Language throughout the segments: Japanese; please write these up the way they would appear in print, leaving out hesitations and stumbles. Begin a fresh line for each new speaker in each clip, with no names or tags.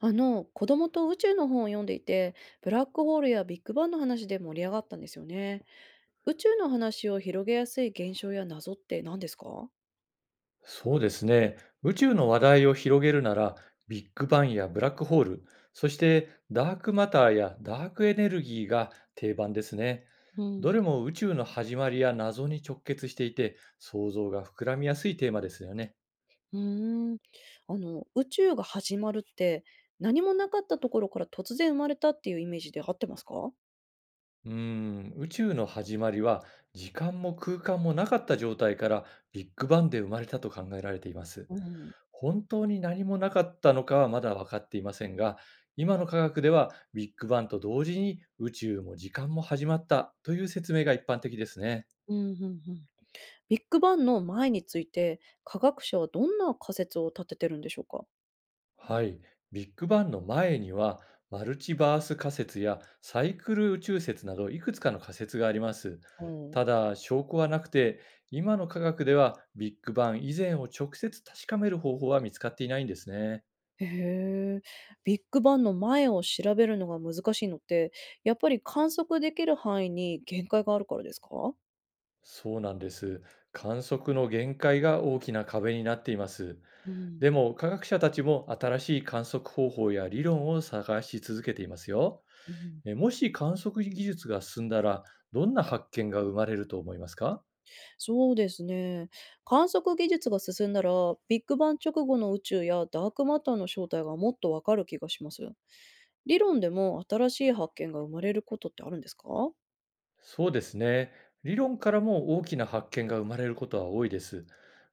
子供と宇宙の本を読んでいて、ブラックホールやビッグバンの話で盛り上がったんですよね。宇宙の話を広げやすい現象や謎って何ですか？
そうですね。宇宙の話題を広げるなら、ビッグバンやブラックホール、そしてダークマターやダークエネルギーが定番ですね。
う
ど
ん、
れも宇宙の始まりや謎に直結していて、想像が膨らみやすいテーマですよね。
うーん。宇宙が始まるって、何もなかったところから突然生まれたっていうイメージで合ってますか？
宇宙の始まりは時間も空間もなかった状態からビッグバンで生まれたと考えられています。
うん、
本当に何もなかったのかはまだ分かっていませんが、今の科学ではビッグバンと同時に宇宙も時間も始まったという説明が一般的ですね。
うん、うんうん。ビッグバンの前について、科学者はどんな仮説を立ててるんでしょうか？
はい、ビッグバンの前にはマルチバース仮説やサイクル宇宙説など、いくつかの仮説があります。ただ証拠はなくて、今の科学ではビッグバン以前を直接確かめる方法は見つかっていないんですね。
へえ。ビッグバンの前を調べるのが難しいのって、やっぱり観測できる範囲に限界があるからですか？
そうなんです。観測の限界が大きな壁になっています。
うん、
でも科学者たちも新しい観測方法や理論を探し続けていますよ。
うん、
もし観測技術が進んだら、どんな発見が生まれると思いますか？
そうですね。観測技術が進んだら、ビッグバン直後の宇宙やダークマターの正体がもっとわかる気がします。理論でも新しい発見が生まれることってあるんですか？
そうですね。理論からも大きな発見が生まれることは多いです。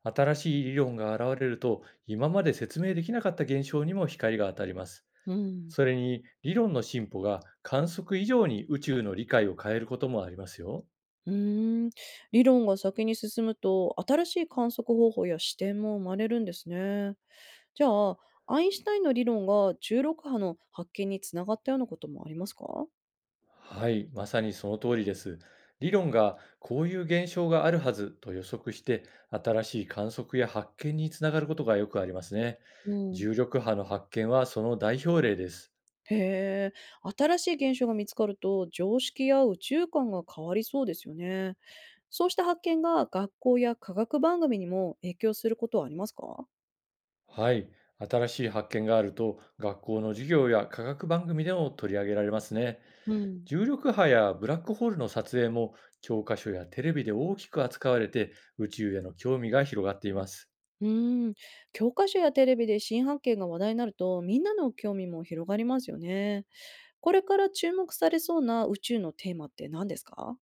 新しい理論が現れると、今まで説明できなかった現象にも光が当たります。
うん。
それに理論の進歩が観測以上に宇宙の理解を変えることもありますよ。
うーん、理論が先に進むと、新しい観測方法や視点も生まれるんですね。じゃあ、アインシュタインの理論が16波の発見につながったようなこともありますか？
はい、まさにその通りです。理論がこういう現象があるはずと予測して、新しい観測や発見につながることがよくありますね。
うん、
重力波の発見はその代表例です。
へえ、新しい現象が見つかると常識や宇宙観が変わりそうですよね。そうした発見が学校や科学番組にも影響することはありますか？
はい。新しい発見があると、学校の授業や科学番組でも取り上げられますね。
うん、
重力波やブラックホールの撮影も、教科書やテレビで大きく扱われて、宇宙への興味が広がっています。
うーん、教科書やテレビで新発見が話題になるとみんなの興味も広がりますよね。これから注目されそうな宇宙のテーマって何ですか？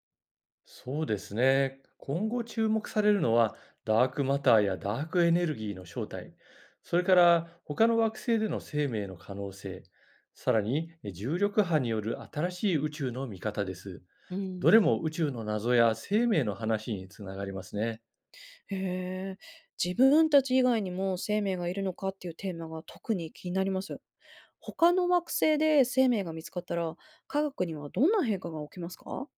そうですね。今後注目されるのは、ダークマターやダークエネルギーの正体、それから他の惑星での生命の可能性、さらに重力波による新しい宇宙の見方です。
う
ど
ん、
れも宇宙の謎や生命の話につながりますね。
へえ、自分たち以外にも生命がいるのかっていうテーマが特に気になります。他の惑星で生命が見つかったら、科学にはどんな変化が起きますか？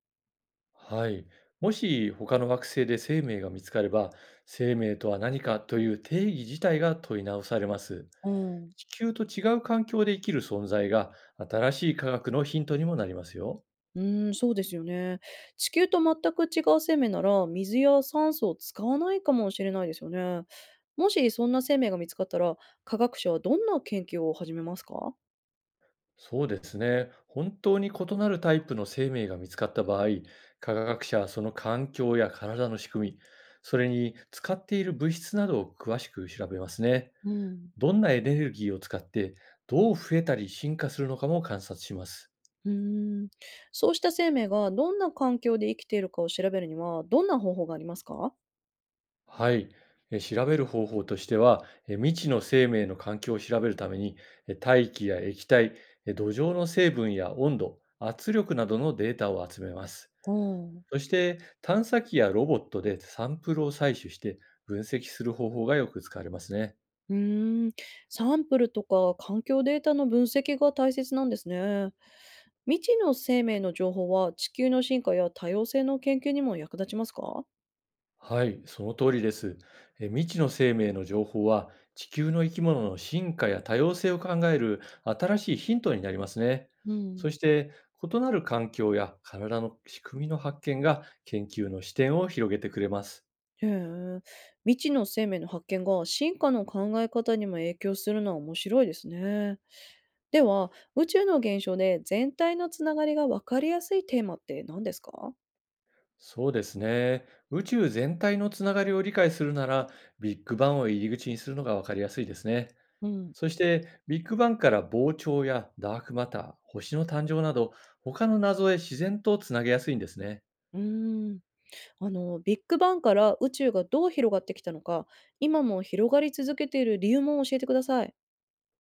はい。もし他の惑星で生命が見つかれば、生命とは何かという定義自体が問い直されます。
うん、
地球と違う環境で生きる存在が、新しい科学のヒントにもなりますよ。
うーん、そうですよね。地球と全く違う生命なら、水や酸素を使わないかもしれないですよね。もしそんな生命が見つかったら、科学者はどんな研究を始めますか？
そうですね。本当に異なるタイプの生命が見つかった場合、科学者はその環境や体の仕組み、それに使っている物質などを詳しく調べますね。
うん、
どんなエネルギーを使って、どう増えたり進化するのかも観察します。
うーん、そうした生命がどんな環境で生きているかを調べるには、どんな方法がありますか？
はい。調べる方法としては、未知の生命の環境を調べるために、大気や液体、土壌の成分や温度、圧力などのデータを集めます。
ほうん。
そして探査機やロボットでサンプルを採取して、分析する方法がよく使われますね。
うーん。サンプルとか環境データの分析が大切なんですね。未知の生命の情報は地球の進化や多様性の研究にも役立ちますか？
はい、その通りです。未知の生命の情報は、地球の生き物の進化や多様性を考える新しいヒントになりますね。
うん、
そして、異なる環境や体の仕組みの発見が研究の視点を広げてくれます。
へえ。未知の生命の発見が進化の考え方にも影響するのは面白いですね。では、宇宙の現象で全体のつながりが分かりやすいテーマって何ですか？
そうですね。宇宙全体のつながりを理解するなら、ビッグバンを入り口にするのがわかりやすいですね。
うん、
そしてビッグバンから膨張やダークマター、星の誕生など、他の謎へ自然とつなげやすいんですね。
うーん。ビッグバンから宇宙がどう広がってきたのか、今も広がり続けている理由も教えてください。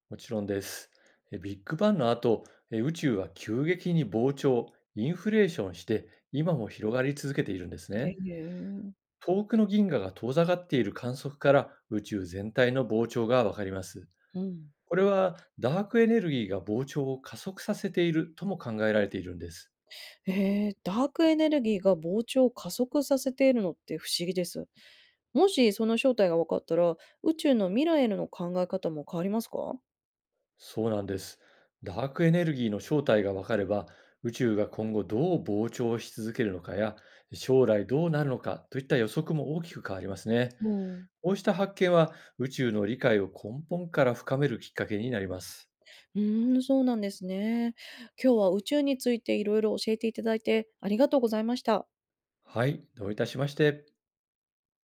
もちろんです。ビッグバンの後、宇宙は急激に膨張、インフレーションして、今も広がり続けているんです
へ
ね。
え。
遠くの銀河が遠ざかっている観測から、宇宙全体の膨張がわかります。
うん。
これはダークエネルギーが膨張を加速させているとも考えられているんです。
へえー、ダークエネルギーが膨張を加速させているのって不思議です。もしその正体が分かったら、宇宙の未来への考え方も変わりますか？
そうなんです。ダークエネルギーの正体がわかれば、宇宙が今後どう膨張し続けるのかや、将来どうなるのかといった予測も大きく変わりますね。
うん。
こうした発見は、宇宙の理解を根本から深めるきっかけになります。
うーん、そうなんですね。今日は宇宙についていろいろ教えていただいてありがとうございました。
はい、どういたしまして。